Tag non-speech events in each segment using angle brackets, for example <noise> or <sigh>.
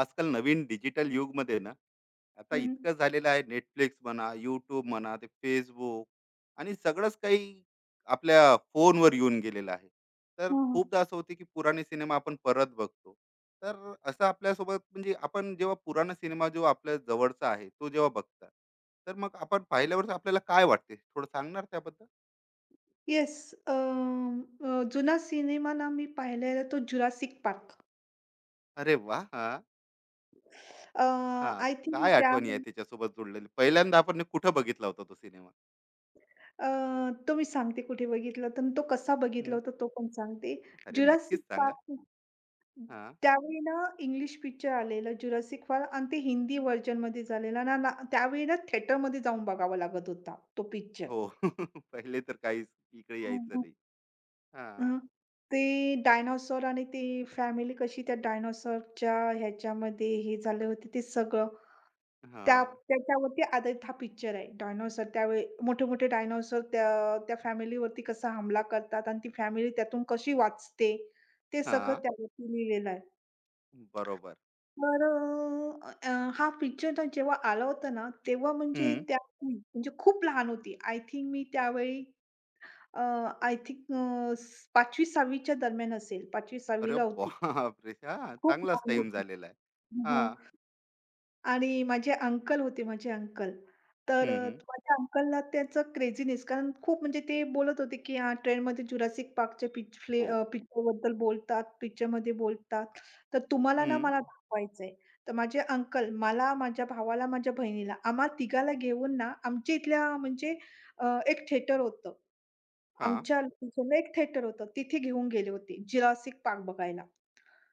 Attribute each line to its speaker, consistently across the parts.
Speaker 1: आजकाल नवीन डिजिटल युगमध्ये ना आता
Speaker 2: हं.
Speaker 1: इतकं झालेलं आहे. नेटफ्लिक्स म्हणा, यूट्यूब म्हणा, ते फेसबुक आणि सगळंच काही आपल्या फोनवर येऊन गेलेलं आहे. तर
Speaker 2: हां,
Speaker 1: खूपदा असं होते की पुराणे सिनेमा आपण परत बघतो. तर असं आपल्यासोबत म्हणजे आपण जेव्हा पुराणा सिनेमा जो आपल्या जवळचा आहे तो जेव्हा बघतात, तर मग आपण पाहिल्यावर आपल्याला काय वाटते थोडं सांगणार त्याबद्दल.
Speaker 2: येस. जुना सिनेमा ना मी पाहिलेला तो जुरासिक पार्क.
Speaker 1: अरे वा! हा
Speaker 2: अ,
Speaker 1: हा
Speaker 2: आय थिंक
Speaker 1: काय
Speaker 2: त्या
Speaker 1: आठवणी आहे त्याच्यासोबत जोडलेली? पहिल्यांदा आपण कुठं बघितला होता तो सिनेमा?
Speaker 2: अ, तो मी सांगते कुठे बघितला होता आणि तो कसा बघितला
Speaker 1: हम्म.
Speaker 2: होता तो पण सांगते.
Speaker 1: अरे नक्कीच
Speaker 2: जुरासिक
Speaker 1: सांगा.
Speaker 2: पार्क
Speaker 1: हां.
Speaker 2: त्यावेळी ना इंग्लिश पिक्चर आलेला जुरासिक पार्क आणि ते हिंदी व्हर्जनमध्ये झालेला ना ना त्यावेळी ना थिएटरमध्ये जाऊन बघावा लागत होता तो पिक्चर.
Speaker 1: हो. <laughs> पहिले तर काहीच इकडे यायचं
Speaker 2: हां,
Speaker 1: नाही. हां.
Speaker 2: ते डायनोसॉर आणि ते फॅमिली कशी त्या डायनोसॉरच्या ह्याच्यामध्ये हे झाले होते ते सगळं. त्या
Speaker 1: हां.
Speaker 2: त्याच्यावरती आधारित हा पिक्चर आहे. डायनोसॉर त्यावेळी मोठे-मोठे डायनोसॉर त्या त्या फॅमिलीवरती कसा हमला करतात आणि ती फॅमिली त्यातून कशी वाचते, ते सगळं
Speaker 1: हां.
Speaker 2: त्यावरती लिहिलेलं आहे.
Speaker 1: बरोबर.
Speaker 2: तर अ, अ, हा पिक्चर ना जेव्हा आला होता ना, तेव्हा म्हणजे
Speaker 1: हं.
Speaker 2: त्या मी म्हणजे खूप लहान होती. आय थिंक मी त्यावेळी अ, आय थिंक अ, 5वी 6वी च्या दरम्यान असेल. 5वी 6वी
Speaker 1: अरे
Speaker 2: होती.
Speaker 1: बापरे! हां,
Speaker 2: खूप
Speaker 1: चांगलाच
Speaker 2: लहान
Speaker 1: टाईम
Speaker 2: होती.
Speaker 1: झालेला आहे. हां.
Speaker 2: आणि माझे अंकल होते माझे अंकल.
Speaker 1: हं, हं.
Speaker 2: माझ्या अंकलला त्याचं क्रेझीनेस कारण खूप म्हणजे ते बोलत होते, की हां, ट्रेनमध्ये जुरासिक पार्कच्या पिच फ्ले
Speaker 1: हो.
Speaker 2: पिक्चरबद्दल बोलतात, पिक्चरमध्ये बोलतात. तर तुम्हाला ना
Speaker 1: हं.
Speaker 2: मला दाखवायचंय. तर माझे अंकल मला, माझ्या भावाला, माझ्या बहिणीला आम्हा तिघाला घेऊन ना आमच्या इथल्या म्हणजे एक थिएटर होतं.
Speaker 1: हां.
Speaker 2: आमच्या लोकेशनला एक थिएटर होतं. तिथे घेऊन गेले होते जुरासिक पार्क बघायला.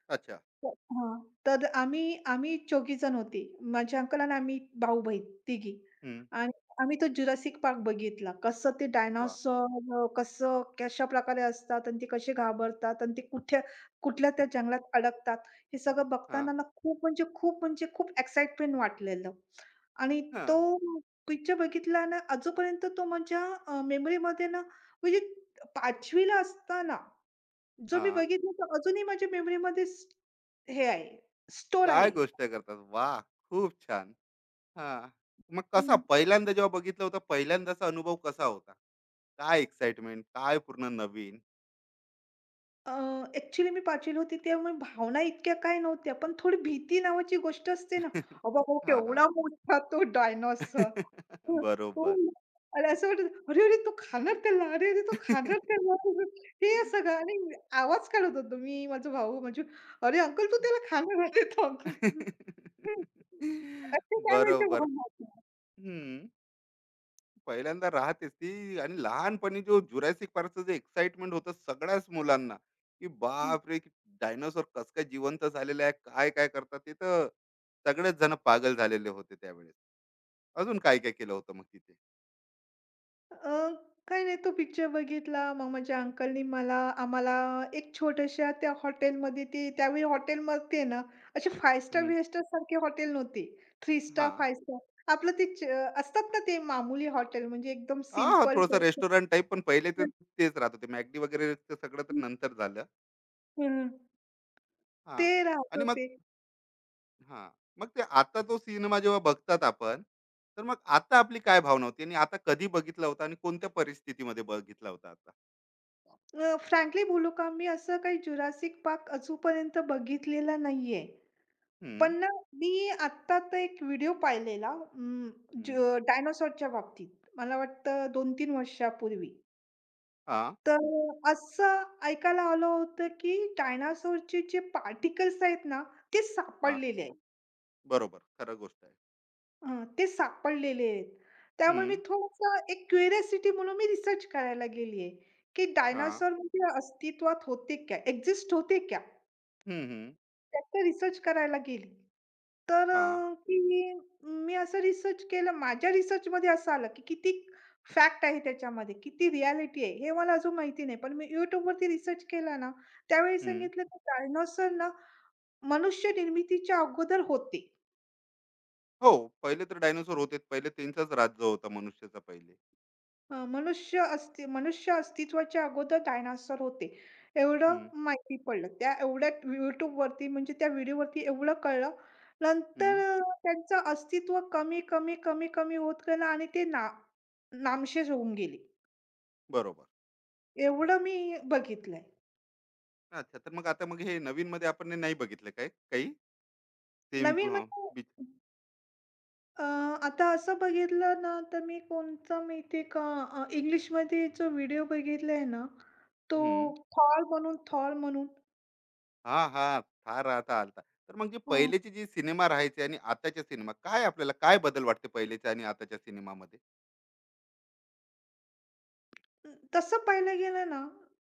Speaker 1: अच्छा.
Speaker 2: तर हां. तर आम्ही आम्ही 4घी जण होते. माझे अंकल आणि आम्ही भाऊ-बहीण तिघी.
Speaker 1: हं.
Speaker 2: आणि आम्ही तो जुरासिक पार्क बघितला. कसं ते
Speaker 1: वाह!
Speaker 2: डायनोसॉर कसं कशाप्रकारे असतात आणि ते कसे घाबरतात आणि ते कुठे कुठल्या त्या जंगलात अडकतात. हे सगळं
Speaker 1: हां.
Speaker 2: बघताना ना खूप म्हणजे खूप म्हणजे खूप एक्साइटमेंट वाटलेलं. आणि
Speaker 1: हां.
Speaker 2: तो पिक्चर बघितला ना, आजूपर्यंत तो माझ्या मेमरीमध्ये ना म्हणजे 5वी असताना जो मी
Speaker 1: हां.
Speaker 2: बघितला तो अजूनही माझ्या मेमरीमध्ये हे आहे, स्टोअर आहे.
Speaker 1: काय गोष्ट करतात. वाह! खूप छान. हां. मग कसा
Speaker 2: हं.
Speaker 1: पहिल्यांदा जेव्हा बघितलं होतं, पहिल्यांदाचा अनुभव कसा होता? काय एक्साइटमेंट, काय पूर्ण नवीन?
Speaker 2: अ, ॲक्चुअली मी 5वी ला होती त्यामुळे भावना इतक्या काही नव्हत्या, पण थोडी भीती नावाची गोष्ट असते ना,
Speaker 1: <laughs>
Speaker 2: अबाबा
Speaker 1: हां, हां.
Speaker 2: केवढा मोठा तो डायनॉसॉर.
Speaker 1: <laughs>
Speaker 2: हं, तो
Speaker 1: बरोबर.
Speaker 2: आणि असं वाटायचं, "अरे, अरे, तो खाणार त्याला, अरे, अरे, तो खाणार त्याला." <laughs> हे सगळं
Speaker 1: <laughs>
Speaker 2: आणि आवाज काढत होतो मी, माझा भाऊ म्हणजे, "अरे, अंकल, तू त्याला खाणार आहे." तो <laughs> अंकल हं, काय व्हायच्या
Speaker 1: बरोबर.
Speaker 2: भावना
Speaker 1: हं. पहिल्यांदा राहतेच ती. आणि लहानपणी जो जुरासिक पार्कचं जे एक्साइटमेंट होतं सगळ्याच मुलांना, की बापरे! डायनोसॉर कसं काय जिवंत झालेलं आहे, काय-काय करतात ते, तर सगळेच जण पागल झालेले होते त्यावेळेस. अजून काय-काय केलं होतं मग तिथे?
Speaker 2: अ, काही नाही तो पिक्चर बघितला. मग माझ्या अंकलनी मला आम्हाला एक छोट्याशा त्या हॉटेलमध्ये ती त्यावेळी हॉटेलमध्ये ना, असे 5 स्टार,
Speaker 1: हं.
Speaker 2: 5 स्टार सारखे हॉटेल नव्हते. 3 स्टार,
Speaker 1: हां.
Speaker 2: 5 स्टार आपलं ते असतात ना ते मामूली हॉटेल म्हणजे एकदम
Speaker 1: हां,
Speaker 2: सिंपल
Speaker 1: थोडंसं रेस्टॉरंट टाइप. पण पहिले तर तेच राहत होते. मॅकडी वगैरे ते सगळं तर नंतर झालं.
Speaker 2: हं,
Speaker 1: हां.
Speaker 2: ते राहत
Speaker 1: आणि मग
Speaker 2: होते.
Speaker 1: हां. मग ते आता तो सिनेमा जेव्हा बघतात आपण, तर मग आता आपली काय भावना होती आणि आता कधी बघितला होता आणि कोणत्या परिस्थितीमध्ये बघितला होता आता?
Speaker 2: फ्रँकली बोलू का मी असं काही जुरासिक पार्क अजूनपर्यंत बघितलेला नाहीये.
Speaker 1: हं,
Speaker 2: पण ना, मी आत्ता तर एक व्हिडिओ पाहिलेला अं,
Speaker 1: हं.
Speaker 2: ज डायनासॉरच्या बाबतीत. मला वाटतं 2-3 वर्षापूर्वी.
Speaker 1: हां,
Speaker 2: तर असं ऐकायला आलं होतं, की डायनासॉरचे जे पार्टिकल्स आहेत ना, ते
Speaker 1: हां.
Speaker 2: सापडलेले आहेत.
Speaker 1: बरोबर. खरं गोष्ट आहे.
Speaker 2: हं, ते सापडलेले आहेत.
Speaker 1: हं,
Speaker 2: त्यामुळे मी थोडंसं एक क्युरिओसिटी म्हणून मी रिसर्च करायला गेली आहे, की
Speaker 1: हां.
Speaker 2: डायनासॉर म्हणजे अस्तित्वात होते क्या? एक्झिस्ट होते क्या?
Speaker 1: हं, हं.
Speaker 2: त्याचं रिसर्च करायला गेली. तर
Speaker 1: हां.
Speaker 2: अ, की मी असं रिसर्च केलं. माझ्या रिसर्चमध्ये असं आलं, की किती फॅक्ट आहे त्याच्यामध्ये, किती रिॲलिटी आहे, हे मला अजून माहिती नाही. पण मी YouTubeवरती रिसर्च केला ना, त्यावेळी
Speaker 1: हं.
Speaker 2: सांगितलं, की डायनोसॉर ना मनुष्य निर्मितीच्या अगोदर होते.
Speaker 1: हो, पहिले तर डायनोसॉर होतेच. पहिले त्यांचाच राज्य होता, मनुष्याचा पहिले.
Speaker 2: अ, मनुष्य अस्ति मनुष्य अस्तित्वाच्या अगोदर डायनासोर होते. एवढं
Speaker 1: हं,
Speaker 2: माहिती पडलं. त्या एवढ्या YouTubeवरती म्हणजे त्या व्हिडिओवरती एवढं कळलं.
Speaker 1: हं.
Speaker 2: नंतर त्यांचं अस्तित्व कमी, कमी, कमी, कमी होत गेलं आणि ते ना नामशेष होऊन गेले.
Speaker 1: बरोबर.
Speaker 2: एवढं मी बघितलंय.
Speaker 1: अच्छा, तर मग आता मग हे नवीनमध्ये आपण हे नाही बघितलं काय काही? सेम
Speaker 2: नवीन
Speaker 1: हं.
Speaker 2: म्हणजे अ, आता असं बघितलं ना, तर मी कोणता माहिती आहे का इंग्लिशमध्ये जो व्हिडिओ बघितलाय ना, तो थॉर म्हणून.
Speaker 1: हां, हां. थार आता आलता. तर मग जे पहिलेचे जे सिनेमा राहायचे आणि आताचे सिनेमा, काय आपल्याला काय बदल वाटते पहिलेच्या आणि आताच्या सिनेमामध्ये?
Speaker 2: तसं पाहायला गेलं ना,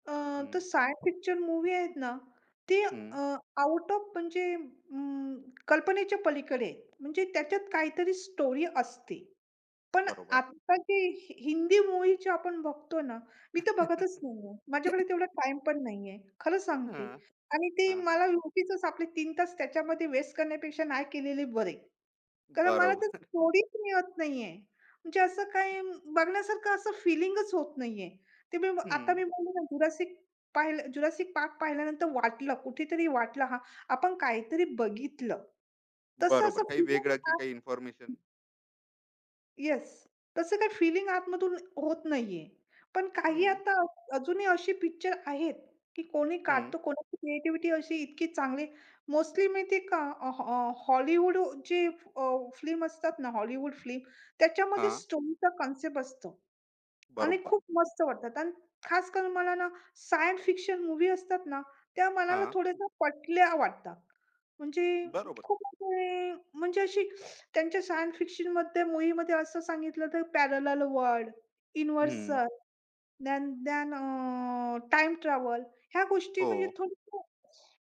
Speaker 2: अ,
Speaker 1: हं,
Speaker 2: तर सायन्स फिक्शन मूव्ही आहेत ना, ते
Speaker 1: हं.
Speaker 2: आउट ऑफ म्हणजे कल्पनेच्या पलीकडे आहेत. म्हणजे त्याच्यात काहीतरी स्टोरी असते. पण
Speaker 1: बरोबर.
Speaker 2: आत्ताची हि हिंदी मूव्ही जे आपण बघतो ना, मी तर बघतच नाहीये. माझ्याकडे तेवढा टाईम पण नाहीये. खरं सांगते.
Speaker 1: हां,
Speaker 2: आणि ते
Speaker 1: हां, हां.
Speaker 2: मला उगीचच आपले 3 तास त्याच्यामध्ये वेस्ट करण्यापेक्षा नाही केलेले बरे. कारण मला
Speaker 1: बरोबर.
Speaker 2: तर
Speaker 1: <laughs>
Speaker 2: स्टोरीच मिळत नाहीये. म्हणजे असं काही बघण्यासारखं असं फिलिंगच होत नाहीये. ते मी आता
Speaker 1: हं.
Speaker 2: मी बोलले ना जुरासिक पाहिलं जुरासिक पार्क पाहिल्यानंतर वाटलं, कुठेतरी वाटलं हां, आपण काहीतरी बघितलं. तसं
Speaker 1: बरोबर.
Speaker 2: असं
Speaker 1: काही
Speaker 2: फिलिंग
Speaker 1: वेगळं की काही इन्फॉर्मेशन.
Speaker 2: येस. तसं काही फीलिंग आतमधून होत नाहीये. पण
Speaker 1: हं,
Speaker 2: काही आता अजूनही अशी पिक्चर आहेत, की कोणी
Speaker 1: हं.
Speaker 2: काढतो, कोणाची क्रिएटिव्हिटी अशी इतकी चांगली मोस्टली माहिती आहे का अ, हॉ हॉलिवूड जे फिल्म असतात ना, हॉलिवूड फिल्म त्याच्यामध्ये
Speaker 1: हां.
Speaker 2: स्टोरीचा कन्सेप्ट असतो. आणि
Speaker 1: बरोबर.
Speaker 2: खूप मस्त वाटतात आणि खास करून मला ना सायन्स फिक्शन मूव्ही असतात ना, त्या मनाला
Speaker 1: हां.
Speaker 2: थोड्याशा पटल्या वाटतात. म्हणजे
Speaker 1: बरोबर.
Speaker 2: खूप असे म्हणजे अशी त्यांच्या सायन्स फिक्शनमध्ये मूव्हीमध्ये असं सांगितलं तर पॅरलल वर्ल्ड,
Speaker 1: हं.
Speaker 2: युनिव्हर्सल ज्ञान ज्ञान अ, टाईम ट्रॅव्हल ह्या गोष्टी
Speaker 1: हो.
Speaker 2: म्हणजे थोडं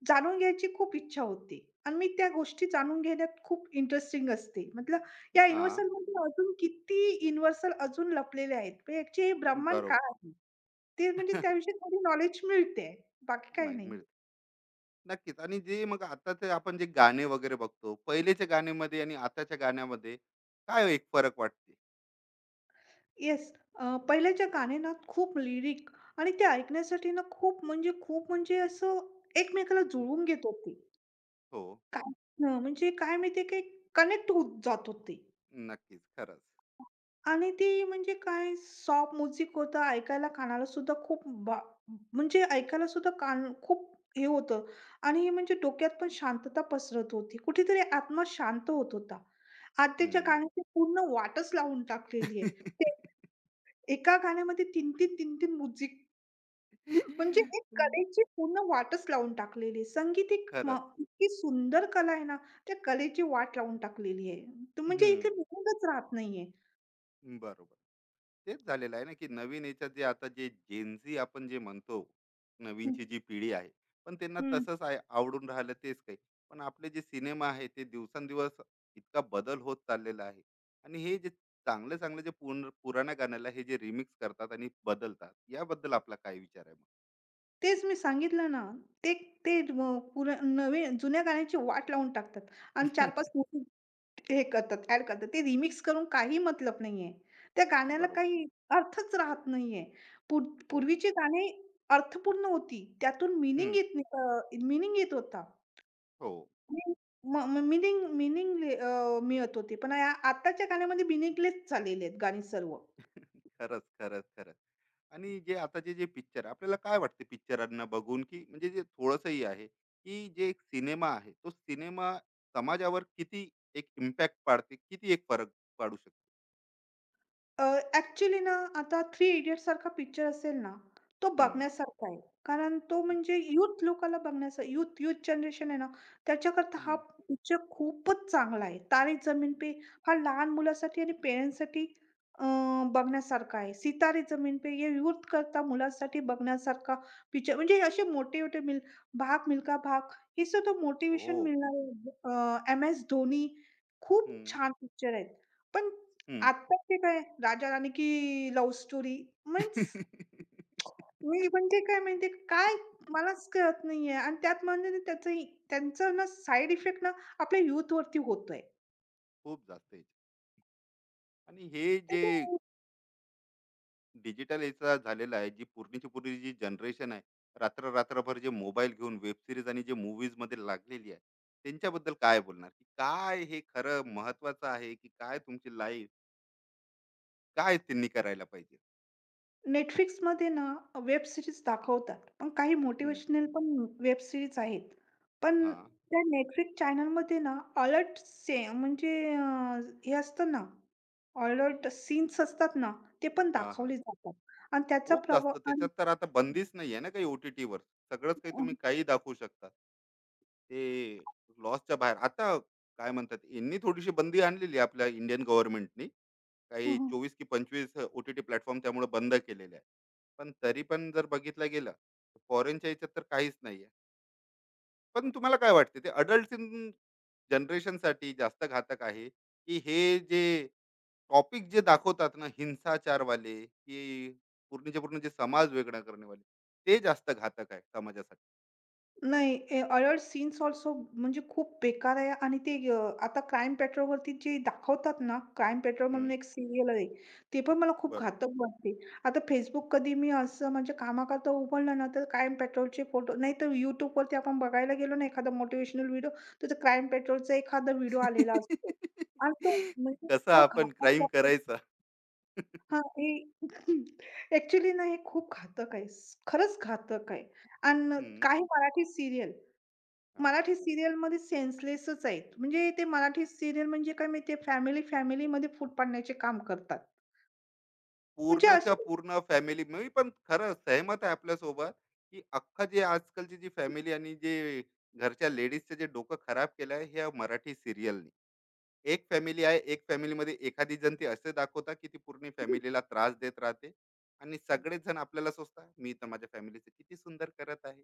Speaker 2: जाणून घ्यायची खूप इच्छा होती आणि मी त्या गोष्टी जाणून घेण्यात खूप इंटरेस्टिंग असते. म्हटलं या
Speaker 1: हां.
Speaker 2: युनिव्हर्सलमध्ये अजून किती युनिव्हर्सल अजून लपलेले आहेत. म्हणजे ॲक्चुअली हे ब्रह्मांड
Speaker 1: बरोबर.
Speaker 2: काय आहे? ते म्हणजे त्याविषयी थोडी नॉलेज मिळते. बाकी काही
Speaker 1: नाही
Speaker 2: नाही.
Speaker 1: मिळत. नक्कीच. आणि जे मग आताचे आपण जे गाणे वगैरे बघतो, पहिलेच्या गाण्यामध्ये आणि आताच्या गाण्यामध्ये काय एक फरक वाटते?
Speaker 2: येस. पहिल्याच्या गाणे ना खूप लिरिक आणि ते ऐकण्यासाठी ना खूप म्हणजे खूप म्हणजे असं एकमेकाला
Speaker 1: हं.
Speaker 2: जुळवून घेत होते.
Speaker 1: हो.
Speaker 2: काय हं, म्हणजे काय माहिती काही कनेक्ट होत जात होते.
Speaker 1: नक्कीच, खरंच.
Speaker 2: आणि ते म्हणजे काय सॉफ्ट म्युझिक होतं. ऐकायला कानाला सुद्धा खूप बा म्हणजे ऐकायला सुद्धा कान खूप हे होतं आणि हे म्हणजे डोक्यात पण शांतता पसरत होती. कुठेतरी आत्मा शांत होत होता. आत्याच्या
Speaker 1: हं.
Speaker 2: गाण्याची पूर्ण वाटच लावून टाकलेली आहे. ते एका गाण्यामध्ये 3-3, 3-3 म्युझिक म्हणजे एक
Speaker 1: हं. <laughs>
Speaker 2: कलेची पूर्ण वाटच लावून टाकलेली आहे. संगीत एक म
Speaker 1: खरंच.
Speaker 2: इतकी सुंदर कला आहे ना, त्या कलेची वाट लावून टाकलेली आहे. तर म्हणजे
Speaker 1: हं,
Speaker 2: इथे विनोदच राहत नाहीये.
Speaker 1: बरोबर. तेच झालेलं आहे ना, की नवीन याच्यात जे आता जे जेन झी आपण जे म्हणतो,
Speaker 2: हं.
Speaker 1: नवीनची जी पिढी आहे, पण त्यांना तसंच आहे आवडून राहिलं तेच काही. पण आपले जे सिनेमा आहे ते दिवसेंदिवस इतका बदल होत चाललेला आहे. आणि हे जे चांगले-चांगले जे पूर्ण पुराण्या गाण्याला हे जे रिमिक्स करतात आणि बदलतात, याबद्दल आपला काय विचार आहे मग?
Speaker 2: तेच मी सांगितलं ना. ते ते अ, पुरा नवीन जुन्या गाण्याची वाट लावून टाकतात आणि
Speaker 1: <laughs>
Speaker 2: 4-5 हे करतात, ॲड करतात. ते रिमिक्स करून काही मतलब नाहीये. त्या गाण्याला
Speaker 1: बरोबर.
Speaker 2: काही अर्थच राहत नाहीये. पूर
Speaker 1: हो.
Speaker 2: पूर्वीची गाणी अर्थपूर्ण होती. त्यातून मिनिंग
Speaker 1: हं.
Speaker 2: येत नाही येत होता.
Speaker 1: हो.
Speaker 2: मी म मिळत होती. पण या आत्ताच्या गाण्यामध्ये मीनिंगलेस झालेले आहेत गाणी सर्व.
Speaker 1: खरंच, खरंच, खरंच. आणि जे आताचे जे पिक्चर आपल्याला काय वाटते पिक्चरांना बघून, की म्हणजे जे थोडंसंही आहे की जे एक सिनेमा आहे, तो सिनेमा समाजावर किती एक इम्पॅक्ट पाडते, किती एक फरक पाडू शकते?
Speaker 2: अ, ॲक्चुअली ना, आता थ्री इडियट्ससारखा पिक्चर असेल ना, तो
Speaker 1: हम्म,
Speaker 2: बघण्यासारखा आहे. कारण तो म्हणजे यूथ लोकाला बघण्याचा यूथ यूथ जनरेशन आहे ना, त्याच्याकरता हा
Speaker 1: हम्म,
Speaker 2: पिक्चर खूपच चांगला आहे. तारे जमीन पे हा लहान मुलासाठी आणि पेरेंट्ससाठी अ, बघण्यासारखा आहे. सितारे जमीन पे हे यूथ करता मुलांसाठी बघण्यासारखा पिक्चर म्हणजे असे मोठे-मोठे भाग मिल्खा भाग हे सुद्धा
Speaker 1: हो
Speaker 2: मोटिव्हेशन मिळणारे एमएस धोनी खूप
Speaker 1: हम्म,
Speaker 2: छान पिक्चर आहेत. पण
Speaker 1: हम्म.
Speaker 2: आत्ताचे काय राजा-राणी की लव्ह स्टोरी मीन्स
Speaker 1: <laughs>
Speaker 2: मी म्हणजे काय माहिती आहे काय मलाच कळत नाहीये आणि त्यात म्हणजे त्यांचं ना साइड इफेक्ट ना आपल्या यूथवरती होतोय.
Speaker 1: खूप जास्त याचे. आणि हे
Speaker 2: तर
Speaker 1: जे
Speaker 2: ते
Speaker 1: डिजिटल याचा झालेला आहे, जी पूर्णीची पूर्णी जी जनरेशन आहे, रात्र रात्रभर जे मोबाईल घेऊन वेब सिरीज आणि जे movies मध्ये लागलेली आहे, त्यांच्याबद्दल काय बोलणार? की काय हे खरं महत्वाचं आहे की काय तुमची लाईफ? काय त्यांनी करायला पाहिजे?
Speaker 2: Netflixमध्ये ना वेब सीरीज दाखवतात. पण काही
Speaker 1: हं.
Speaker 2: मोटिव्हेशनल पण वेब सीरीज आहेत. पण
Speaker 1: हां.
Speaker 2: त्या Netflix चॅनलमध्ये ना अलर्ट से म्हणजे अ, हे असतं ना, अलर्ट सीन्स असतात ना, ते पण
Speaker 1: हां, हां.
Speaker 2: दाखवले जातात आणि त्याचा
Speaker 1: खूप
Speaker 2: प्रभाव
Speaker 1: जास्त
Speaker 2: आणि
Speaker 1: त्याच्यात. तर आता बंदीच नाही आहे ना काही ओ-टी-टीवर. सगळंच काही तुम्ही काहीही दाखवू शकता. ते लॉसच्या बाहेर. आता काय म्हणतात, यांनी थोडीशी बंदी आणलेली आहे आपल्या इंडियन गव्हर्नमेंटनी. काही
Speaker 2: हं,
Speaker 1: 24 की 25 ओ प्लॅटफॉर्म त्यामुळे बंद केलेले आहे. पण तरी पण जर बघितलं गेलं, फॉरेनच्या ह्याच्यात तर काहीच नाही आहे. पण तुम्हाला काय वाटते, ते अडल्ट जनरेशनसाठी जास्त घातक आहे, की हे जे टॉपिक जे दाखवतात ना हिंसाचारवाले, की पूर्णच्या पूर्ण जे समाज वेगळा करणेवाले, ते जास्त घातक आहे समाजासाठी?
Speaker 2: नाही, अडल्ट सीन्स अल्सो म्हणजे खूप बेकार आहे आणि ते आता क्राईम पेट्रोलवरती जे दाखवतात ना, क्राईम पेट्रोल
Speaker 1: हम्म,
Speaker 2: म्हणून एक सीरियल आहे. ते पण मला खूप घातक
Speaker 1: बरोबर.
Speaker 2: वाटते. आता Facebook कधी मी असं म्हणजे कामाकरता उघडलं ना, तर क्राईम पेट्रोलचे फोटो नाहीतर YouTubeवरती आपण बघायला गेलो ना एखादा मोटिव्हेशनल व्हिडिओ, तर ते क्राईम पेट्रोलचा एखादा व्हिडिओ आलेला असतो. आणि तो
Speaker 1: <laughs>
Speaker 2: म्हणजे
Speaker 1: कसा
Speaker 2: इतका
Speaker 1: आपण
Speaker 2: घातक
Speaker 1: क्राईम
Speaker 2: वाटतो
Speaker 1: करायचा. <laughs>
Speaker 2: हां, हे <laughs> ॲक्चुअली ना, हे खूप घातक आहे. खरंच घातक आहे. अन्
Speaker 1: हम्म,
Speaker 2: काही मराठी सीरियल
Speaker 1: हा.
Speaker 2: मराठी सीरियलमध्ये सेन्सलेसच आहेत. म्हणजे ते मराठी सीरियल म्हणजे काय माहिती आहे फॅमिलीमध्ये फूट पाडण्याचे काम करतात. म्हणजे
Speaker 1: पूर्णच्या
Speaker 2: अशी
Speaker 1: पूर्ण फॅमिली, मी पण खरं सहमत आहे आपल्यासोबत, की अख्खा जे आजकालची जी फॅमिली आणि जे घरच्या लेडीजचं जे डोकं खराब केलं आहे ह्या मराठी सिरियल. एक फॅमिली आहे, एक फॅमिलीमध्ये एखादी जण ती असे दाखवतात की ती पूर्ण फॅमिलीला त्रास देत राहते आणि सगळेच जण आपल्याला सोचतात, मी तर माझ्या फॅमिलीचं किती सुंदर करत आहे,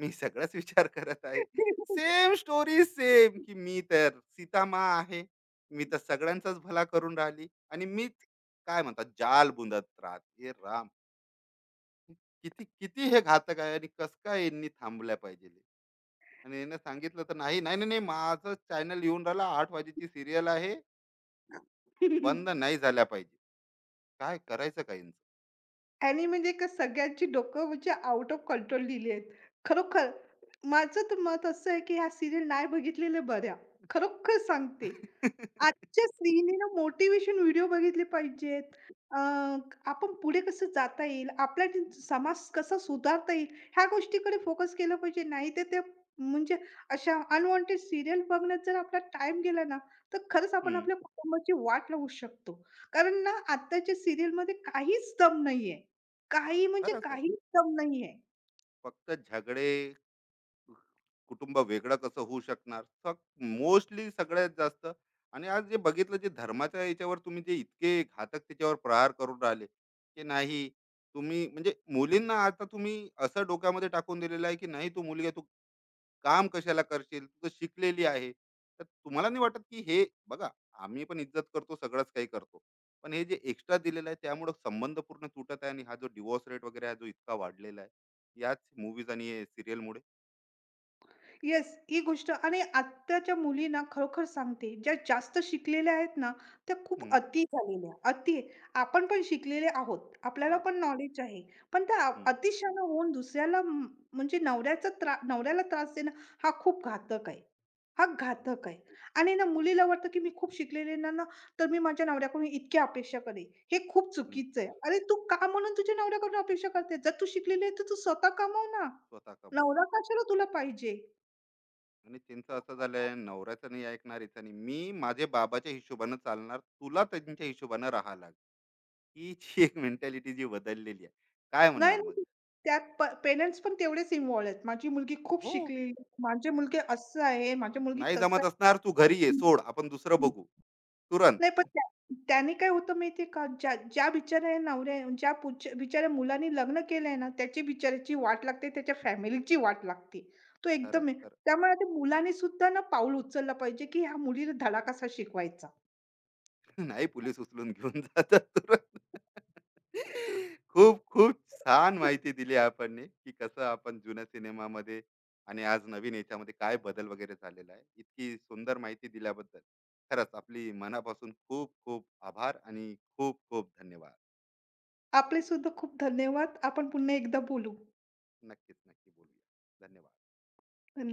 Speaker 1: मी सगळाच विचार करत आहे.
Speaker 2: <laughs>
Speaker 1: सेम स्टोरी सेम, की मी तर सीतामा आहे, मी तर सगळ्यांचाच भला करून राहिली आणि मीच, काय म्हणतात, जाल बुंदत राहत हे राम. किती किती हे घातक आहे आणि कस काय यांनी थांबल्या पाहिजे. आणि यानं सांगितलं तर नाही, नाही, नाही, नाही, माझं चॅनल येऊन राहिला आठ वाजेची सिरियल आहे, बंद नाही झाल्या पाहिजे. काय करायचं काय यांचं?
Speaker 2: आणि म्हणजे का सगळ्यांची डोकं म्हणजे आउट ऑफ कंट्रोल लिहिली आहेत. खरोखर माझं तर मत असं आहे की ह्या सीरियल नाही बघितलेल्या बऱ्या. खरोखर सांगते. आजच्या
Speaker 1: <laughs>
Speaker 2: स्त्रीने ना मोटिव्हेशन व्हिडिओ बघितले पाहिजेत. अ, आपण पुढे कसं जाता येईल, आपला जे समाज कसा सुधारता येईल, ह्या गोष्टीकडे फोकस केलं पाहिजे. नाही तर ते म्हणजे अशा अनवॉन्टेड सीरियल बघण्यात जर आपला टाइम गेला ना, तर खरंच आपण
Speaker 1: हं,
Speaker 2: आपल्या कुटुंबाची वाट लावू शकतो. कारण ना आत्ताच्या सीरियलमध्ये काहीच दम नाहीये. काही म्हणजे
Speaker 1: खरंच आहे.
Speaker 2: काहीच दम नाहीये.
Speaker 1: फक्त झगडे, कुटुंब वेगळं कसं होऊ शकणार? मोस्टली सगळ्यात जास्त. आणि आज जे बघितलं, जे धर्माच्या याच्यावर तुम्ही जे इतके घातक त्याच्यावर प्रहार करून राहिले, की नाही, तुम्ही म्हणजे मुलींना आता तुम्ही असं डोक्यामध्ये टाकून दिलेलं आहे, की नाही, तू मुलगी आहे, तू काम कशाला करशील, तू तर शिकलेली आहे. तर तुम्हाला नाही वाटत की हे, बघा, आम्ही पण इज्जत करतो, सगळंच काही करतो, पण हे जे एक्स्ट्रा दिलेलं आहे त्यामुळे संबंध पूर्ण तुटत आहे आणि हा जो डिवोर्स रेट वगैरे हा जो इतका वाढलेला आहे याच मूवीज आणि सिरियलमुळे.
Speaker 2: येस, ही गोष्ट आणि आत्ताच्या मुलींना खरोखर सांगते, ज्या जास्त शिकलेल्या आहेत ना, त्या खूप अति झालेल्या, अति. आपण पण शिकलेले आहोत, आपल्याला
Speaker 1: मग
Speaker 2: पण नॉलेज आहे. पण त्या
Speaker 1: हम्म,
Speaker 2: अतिशहाणा होऊन दुसऱ्याला म्हणजे नवऱ्याचा त्रा नवऱ्याला त्रास देणं हा खूप घातक आहे. हा घातक आहे आणि ना मुलीला वाटतं, की मी खूप शिकलेले ना ना, तर मी माझ्या नवऱ्याकडून इतकी अपेक्षा करेल. हे खूप
Speaker 1: हम्म,
Speaker 2: चुकीचं आहे. अरे तू का म्हणून तुझ्या नवऱ्याकडून अपेक्षा करते? जर तू शिकलेली आहे, तर तू स्वतः कमाव ना.
Speaker 1: स्वतः कमव.
Speaker 2: नवरा कशाला तुला पाहिजे?
Speaker 1: आणि त्यांचं असं झालंय नवऱ्याचं नाही ऐकणार हिचं, नाही, मी माझे बाबाच्या हिशोबानं चालणार, तुला त्यांच्या हिशोबानं राहा लाग. ही जी एक मेंटॅलिटी जी बदललेली आहे, काय
Speaker 2: नाही,
Speaker 1: म्हणणार मग?
Speaker 2: नाही. त्यात पेरेंट्स पण तेवढेच इन्व्हॉल्व आहेत. माझी मुलगी खूप
Speaker 1: हो.
Speaker 2: शिकली, माझे मुलगे असं आहे, माझी मुलगी
Speaker 1: नाही
Speaker 2: तसं
Speaker 1: जमत असणार, तू घरी ये
Speaker 2: आहे.
Speaker 1: सोड, आपण दुसरं बघू तुरंत.
Speaker 2: नाही, पण त्या त्याने काय होतं माहिती आहे का? ज्या ज्या बिचाऱ्या नवऱ्या ज्या बिचाऱ्या मुलाने लग्न केलंय ना, त्याची बिचाऱ्याची वाट लागते, त्याच्या फॅमिलीची वाट लागते. तो एकदम
Speaker 1: खरंच
Speaker 2: आहे.
Speaker 1: खरं.
Speaker 2: त्यामुळे त्या मुलाने सुद्धा ना पाऊल उचललं पाहिजे, की ह्या मुलीला धडा कसा शिकवायचा.
Speaker 1: <laughs> नाही पोलीस उचलून घेऊन जातात तुरंत. खूप खूप
Speaker 2: <laughs>
Speaker 1: छान माहिती दिली आपण, की कसं आपण जुन्या सिनेमामध्ये आणि आज नवीन याच्यामध्ये काय बदल वगैरे झालेला आहे. इतकी सुंदर माहिती दिल्याबद्दल खरंच आपली मनापासून खूप खूप आभार आणि खूप खूप धन्यवाद.
Speaker 2: आपले सुद्धा खूप धन्यवाद. आपण पुन्हा एकदा बोलू.
Speaker 1: नक्कीच, नक्की बोलूया. धन्यवाद.